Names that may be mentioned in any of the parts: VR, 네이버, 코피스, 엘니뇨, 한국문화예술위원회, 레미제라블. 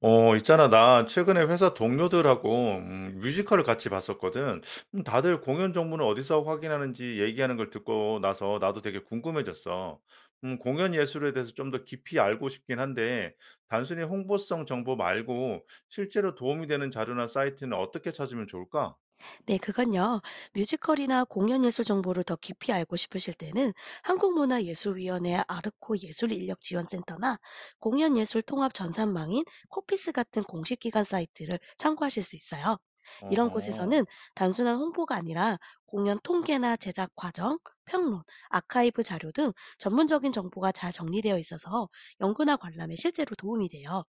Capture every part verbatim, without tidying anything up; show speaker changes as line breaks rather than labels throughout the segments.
어, 있잖아. 나 최근에 회사 동료들하고 음, 뮤지컬을 같이 봤었거든. 음, 다들 공연 정보는 어디서 확인하는지 얘기하는 걸 듣고 나서 나도 되게 궁금해졌어. 음, 공연 예술에 대해서 좀 더 깊이 알고 싶긴 한데, 단순히 홍보성 정보 말고 실제로 도움이 되는 자료나 사이트는 어떻게 찾으면 좋을까?
네, 그건요. 뮤지컬이나 공연 예술 정보를 더 깊이 알고 싶으실 때는 한국문화예술위원회 아르코 예술인력지원센터나 공연예술통합전산망인 코피스 같은 공식기관 사이트를 참고하실 수 있어요. 이런 곳에서는
어허,
단순한 홍보가 아니라 공연 통계나 제작 과정, 평론, 아카이브 자료 등 전문적인 정보가 잘 정리되어 있어서 연구나 관람에 실제로 도움이 돼요.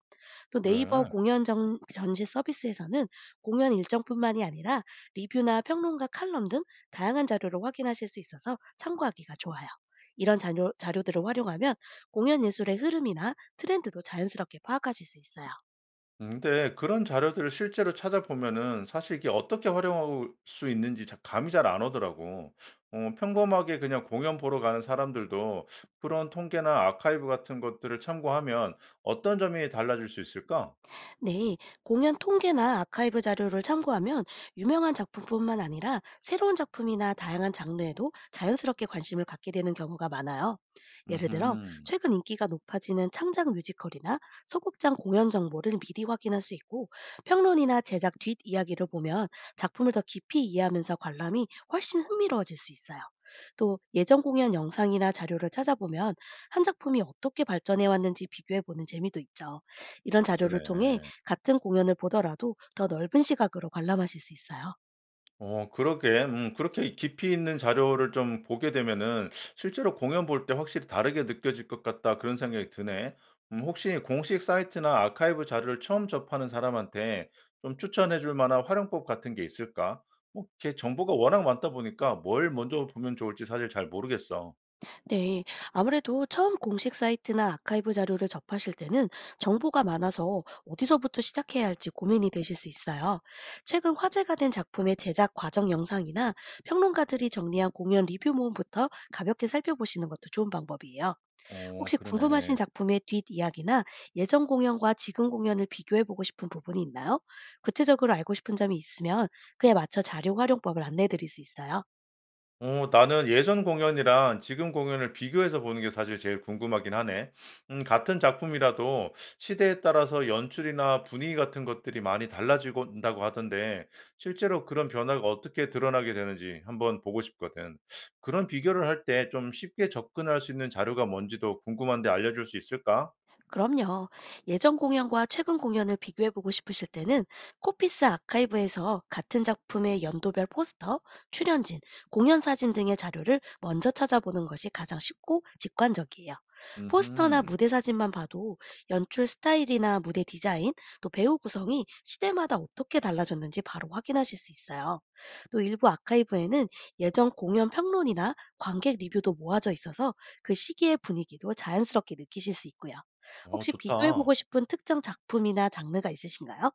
또 네이버
그래.
공연 전, 전시 서비스에서는 공연 일정뿐만이 아니라 리뷰나 평론가 칼럼 등 다양한 자료를 확인하실 수 있어서 참고하기가 좋아요. 이런 자료, 자료들을 활용하면 공연 예술의 흐름이나 트렌드도 자연스럽게 파악하실 수 있어요.
음 근데 그런 자료들을 실제로 찾아보면은 사실 이게 어떻게 활용할 수 있는지 자 감이 잘 안 오더라고. 어 평범하게 그냥 공연 보러 가는 사람들도 그런 통계나 아카이브 같은 것들을 참고하면 어떤 점이 달라질 수 있을까?
네, 공연 통계나 아카이브 자료를 참고하면 유명한 작품뿐만 아니라 새로운 작품이나 다양한 장르에도 자연스럽게 관심을 갖게 되는 경우가 많아요. 예를 들어,
음
최근 인기가 높아지는 창작 뮤지컬이나 소극장 공연 정보를 미리 확인할 수 있고, 평론이나 제작 뒷이야기를 보면 작품을 더 깊이 이해하면서 관람이 훨씬 흥미로워질 수 있어요. 또 예전 공연 영상이나 자료를 찾아보면 한 작품이 어떻게 발전해 왔는지 비교해 보는 재미도 있죠. 이런 자료를 통해
그러네.
같은 공연을 보더라도 더 넓은 시각으로 관람하실 수 있어요.
어 그러게. 음 그렇게 깊이 있는 자료를 좀 보게 되면은 '실제로 공연 볼 때 확실히 다르게 느껴질 것 같다.' 그런 생각이 드네. 음 혹시 공식 사이트나 아카이브 자료를 처음 접하는 사람한테 좀 추천해 줄 만한 활용법 같은 게 있을까? 뭐 이렇게 정보가 워낙 많다 보니까 뭘 먼저 보면 좋을지 사실 잘 모르겠어.
네. 아무래도 처음 공식 사이트나 아카이브 자료를 접하실 때는 정보가 많아서 어디서부터 시작해야 할지 고민이 되실 수 있어요. 최근 화제가 된 작품의 제작 과정 영상이나 평론가들이 정리한 공연 리뷰 모음부터 가볍게 살펴보시는 것도 좋은 방법이에요.
어
혹시 궁금하신
그러네.
작품의 뒷이야기나 예전 공연과 지금 공연을 비교해 보고 싶은 부분이 있나요? 구체적으로 알고 싶은 점이 있으면 그에 맞춰 자료 활용법을 안내해 드릴 수 있어요.
어 나는 예전 공연이랑 지금 공연을 비교해서 보는 게 사실 제일 궁금하긴 하네. 음 같은 작품이라도 시대에 따라서 연출이나 분위기 같은 것들이 많이 달라진다고 하던데 실제로 그런 변화가 어떻게 드러나게 되는지 한번 보고 싶거든. 그런 비교를 할 때 좀 쉽게 접근할 수 있는 자료가 뭔지도 궁금한데 알려줄 수 있을까?
그럼요. 예전 공연과 최근 공연을 비교해 보고 싶으실 때는 코피스 아카이브에서 같은 작품의 연도별 포스터, 출연진, 공연 사진 등의 자료를 먼저 찾아보는 것이 가장 쉽고 직관적이에요. 포스터나
음흠.
무대 사진만 봐도 연출 스타일이나 무대 디자인, 또 배우 구성이 시대마다 어떻게 달라졌는지 바로 확인하실 수 있어요. 또 일부 아카이브에는 예전 공연 평론이나 관객 리뷰도 모아져 있어서 그 시기의 분위기도 자연스럽게 느끼실 수 있고요.
어
혹시 비교해
좋다.
보고 싶은 특정 작품이나 장르가 있으신가요?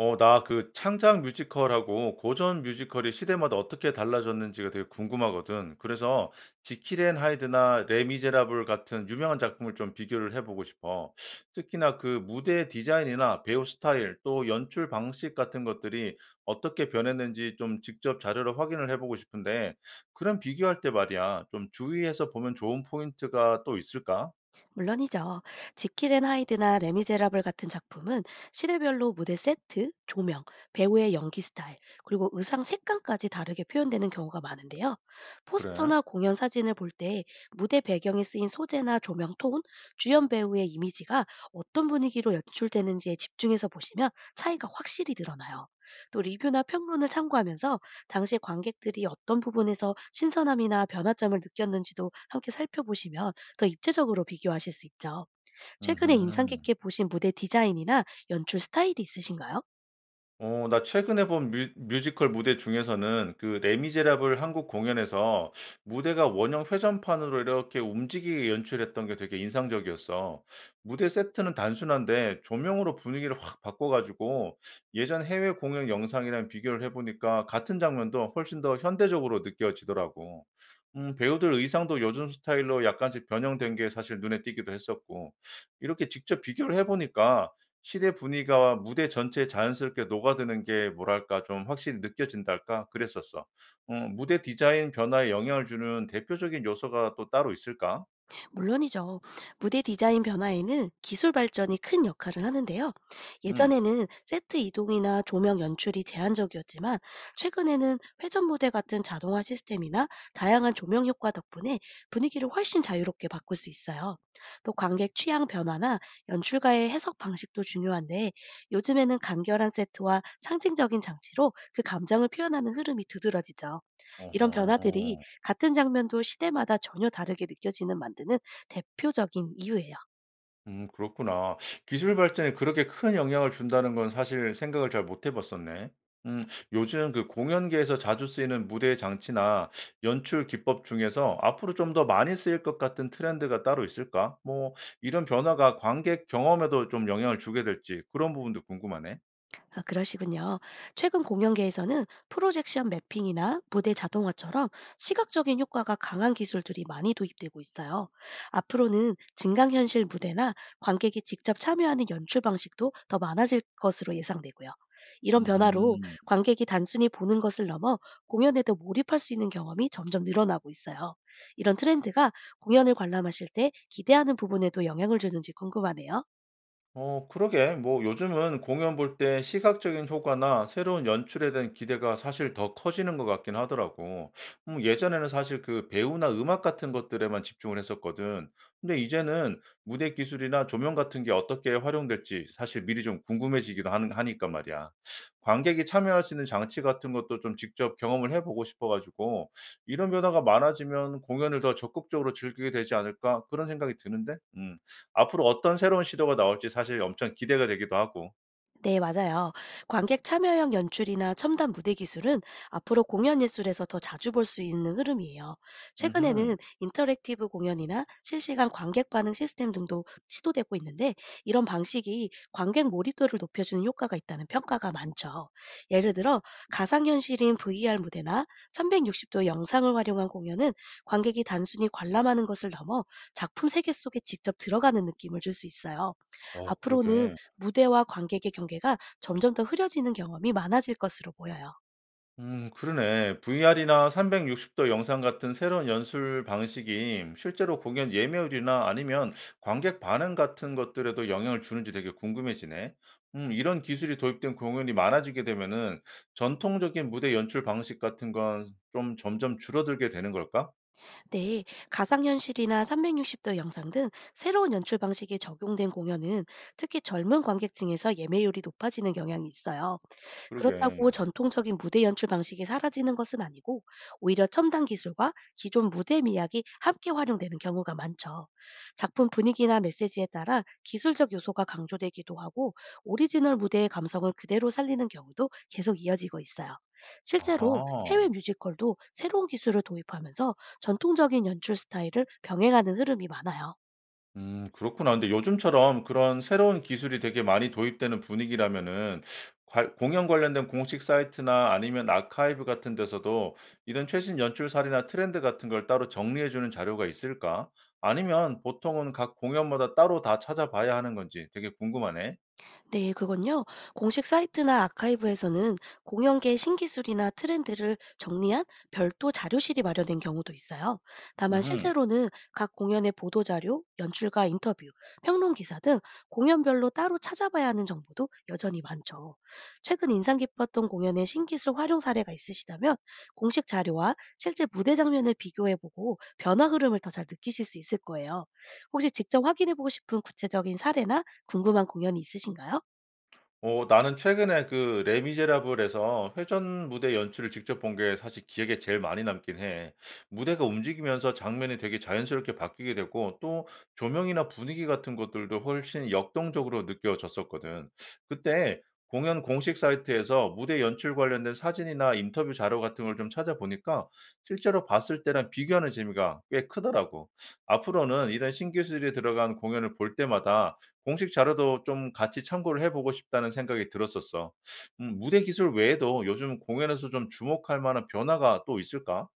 어 나 그 창작 뮤지컬하고 고전 뮤지컬이 시대마다 어떻게 달라졌는지가 되게 궁금하거든. 그래서 지킬 앤 하이드나 레 미제라블 같은 유명한 작품을 좀 비교를 해 보고 싶어. 특히나 그 무대 디자인이나 배우 스타일 또 연출 방식 같은 것들이 어떻게 변했는지 좀 직접 자료로 확인을 해 보고 싶은데 그런 비교할 때 말이야. 좀 주의해서 보면 좋은 포인트가 또 있을까?
물론이죠. 지킬 앤 하이드나 레미제라블 같은 작품은 시대별로 무대 세트, 조명, 배우의 연기 스타일, 그리고 의상 색감까지 다르게 표현되는 경우가 많은데요.
그래.
포스터나 공연 사진을 볼 때 무대 배경에 쓰인 소재나 조명 톤, 주연 배우의 이미지가 어떤 분위기로 연출되는지에 집중해서 보시면 차이가 확실히 드러나요. 또 리뷰나 평론을 참고하면서 당시 관객들이 어떤 부분에서 신선함이나 변화점을 느꼈는지도 함께 살펴보시면 더 입체적으로 비교하실 수 있죠. 최근에 인상
음
깊게 보신 무대 디자인이나 연출 스타일이 있으신가요?
어 나 최근에 본 뮤 뮤지컬 무대 중에서는 그 레미제라블 한국 공연에서 무대가 원형 회전판으로 이렇게 움직이게 연출했던 게 되게 인상적이었어. 무대 세트는 단순한데 조명으로 분위기를 확 바꿔 가지고 예전 해외 공연 영상이랑 비교를 해 보니까 같은 장면도 훨씬 더 현대적으로 느껴지더라고. 음 배우들 의상도 요즘 스타일로 약간씩 변형된 게 사실 눈에 띄기도 했었고. 이렇게 직접 비교를 해 보니까 시대 분위기와 무대 전체에 자연스럽게 녹아드는 게 뭐랄까 좀 확실히 느껴진달까 그랬었어. 음, 무대 디자인 변화에 영향을 주는 대표적인 요소가 또 따로 있을까?
물론이죠. 무대 디자인 변화에는 기술 발전이 큰 역할을 하는데요.
음.
예전에는 세트 이동이나 조명 연출이 제한적이었지만 최근에는 회전 무대 같은 자동화 시스템이나 다양한 조명 효과 덕분에 분위기를 훨씬 자유롭게 바꿀 수 있어요. 또 관객 취향 변화나 연출가의 해석 방식도 중요한데 요즘에는 간결한 세트와 상징적인 장치로 그 감정을 표현하는 흐름이 두드러지죠. 이런 변화들이
어허.
같은 장면도 시대마다 전혀 다르게 느껴지는 만드는 대표적인 이유예요.
음 그렇구나. 기술 발전이 그렇게 큰 영향을 준다는 건 사실 생각을 잘 못해 봤었네. 음 요즘 그 공연계에서 자주 쓰이는 무대 장치나 연출 기법 중에서 앞으로 좀 더 많이 쓰일 것 같은 트렌드가 따로 있을까? 뭐 이런 변화가 관객 경험에도 좀 영향을 주게 될지 그런 부분도 궁금하네.
아, 그러시군요. 최근 공연계에서는 프로젝션 매핑이나 무대 자동화처럼 시각적인 효과가 강한 기술들이 많이 도입되고 있어요. 앞으로는 증강현실 무대나 관객이 직접 참여하는 연출 방식도 더 많아질 것으로 예상되고요. 이런 변화로
음흠.
관객이 단순히 보는 것을 넘어 공연에도 몰입할 수 있는 경험이 점점 늘어나고 있어요. 이런 트렌드가 공연을 관람하실 때 기대하는 부분에도 영향을 주는지 궁금하네요.
어, 그러게. 뭐 요즘은 공연 볼 때 시각적인 효과나 새로운 연출에 대한 기대가 사실 더 커지는 것 같긴 하더라고. 음, 예전에는 사실 그 배우나 음악 같은 것들에만 집중을 했었거든. 근데 이제는 무대 기술이나 조명 같은 게 어떻게 활용될지 사실 미리 좀 궁금해지기도 하는, 하니까 말이야. 관객이 참여할 수 있는 장치 같은 것도 좀 직접 경험을 해보고 싶어가지고 이런 변화가 많아지면 공연을 더 적극적으로 즐기게 되지 않을까 그런 생각이 드는데. 음. 앞으로 어떤 새로운 시도가 나올지 사실 엄청 기대가 되기도 하고.
네, 맞아요. 관객 참여형 연출이나 첨단 무대 기술은 앞으로 공연 예술에서 더 자주 볼 수 있는 흐름이에요.
음흠.
최근에는 인터랙티브 공연이나 실시간 관객 반응 시스템 등도 시도되고 있는데, 이런 방식이 관객 몰입도를 높여주는 효과가 있다는 평가가 많죠. 예를 들어, 가상현실인 브이아르 무대나 삼백육십 도 영상을 활용한 공연은 관객이 단순히 관람하는 것을 넘어 작품 세계 속에 직접 들어가는 느낌을 줄 수 있어요.
어
앞으로는
그러게.
무대와 관객의 경계가 점점 더 흐려지는 경험이 많아질 것으로 보여요.
음 그러네. 브이아르이나 삼백육십 도 영상 같은 새로운 연출 방식이 실제로 공연 예매율이나 아니면 관객 반응 같은 것들에도 영향을 주는지 되게 궁금해지네. 음 이런 기술이 도입된 공연이 많아지게 되면은 전통적인 무대 연출 방식 같은 건 좀 점점 줄어들게 되는 걸까?
네, 가상현실이나 삼백육십 도 영상 등 새로운 연출 방식이 적용된 공연은 특히 젊은 관객층에서 예매율이 높아지는 경향이 있어요.
그러게.
그렇다고 전통적인 무대 연출 방식이 사라지는 것은 아니고, 오히려 첨단 기술과 기존 무대 미학이 함께 활용되는 경우가 많죠. 작품 분위기나 메시지에 따라 기술적 요소가 강조되기도 하고, 오리지널 무대의 감성을 그대로 살리는 경우도 계속 이어지고 있어요. 실제로 해외
아하.
뮤지컬도 새로운 기술을 도입하면서 전통적인 연출 스타일을 병행하는 흐름이 많아요.
음 그렇구나. 근데 요즘처럼 그런 새로운 기술이 되게 많이 도입되는 분위기라면은 관- 공연 관련된 공식 사이트나 아니면 아카이브 같은 데서도 이런 최신 연출 사례나 트렌드 같은 걸 따로 정리해 주는 자료가 있을까? 아니면 보통은 각 공연마다 따로 다 찾아봐야 하는 건지 되게 궁금하네.
네, 그건요. 공식 사이트나 아카이브에서는 공연계 신기술이나 트렌드를 정리한 별도 자료실이 마련된 경우도 있어요. 다만
음
실제로는 각 공연의 보도 자료, 연출가 인터뷰, 평론 기사 등 공연별로 따로 찾아봐야 하는 정보도 여전히 많죠. 최근 인상 깊었던 공연의 신기술 활용 사례가 있으시다면 공식 자료와 실제 무대 장면을 비교해보고 변화 흐름을 더 잘 느끼실 수 있을 거예요. 혹시 직접 확인해보고 싶은 구체적인 사례나 궁금한 공연이 있으신가요?
어 나는 최근에 그 레미제라블에서 회전 무대 연출을 직접 본 게 사실 기억에 제일 많이 남긴 해. 무대가 움직이면서 장면이 되게 자연스럽게 바뀌게 되고 또 조명이나 분위기 같은 것들도 훨씬 역동적으로 느껴졌었거든. 그때 공연 공식 사이트에서 무대 연출 관련된 사진이나 인터뷰 자료 같은 걸 좀 찾아보니까 실제로 봤을 때랑 비교하는 재미가 꽤 크더라고. 앞으로는 이런 신기술이 들어간 공연을 볼 때마다 공식 자료도 좀 같이 참고를 해 보고 싶다는 생각이 들었었어. 음 무대 기술 외에도 요즘 공연에서 좀 주목할 만한 변화가 또 있을까?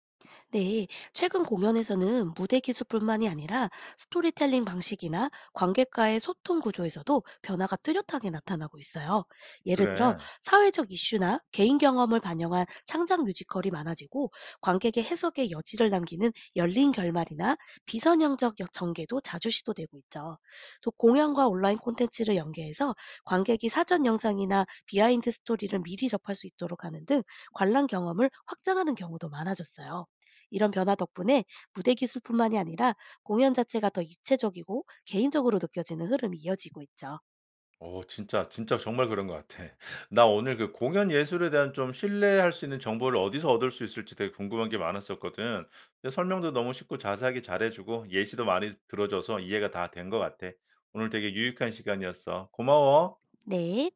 네, 최근 공연에서는 무대 기술뿐만이 아니라 스토리텔링 방식이나 관객과의 소통 구조에서도 변화가 뚜렷하게 나타나고 있어요. 예를 들어,
그래.
사회적 이슈나 개인 경험을 반영한 창작 뮤지컬이 많아지고, 관객의 해석의 여지를 남기는 열린 결말이나 비선형적 역- 전개도 자주 시도되고 있죠. 또 공연과 온라인 콘텐츠를 연계해서 관객이 사전 영상이나 비하인드 스토리를 미리 접할 수 있도록 하는 등 관람 경험을 확장하는 경우도 많아졌어요. 이런 변화 덕분에 무대 기술뿐만이 아니라 공연 자체가 더 입체적이고 개인적으로 느껴지는 흐름이 이어지고 있죠.
어 진짜, 진짜 정말 그런 것 같아. 나 오늘 그 공연 예술에 대한 좀 신뢰할 수 있는 정보를 어디서 얻을 수 있을지 되게 궁금한 게 많았었거든. 근데 설명도 너무 쉽고 자세하게 잘해 주고 예시도 많이 들어 줘서 이해가 다 된 것 같아. 오늘 되게 유익한 시간이었어. 고마워.
네.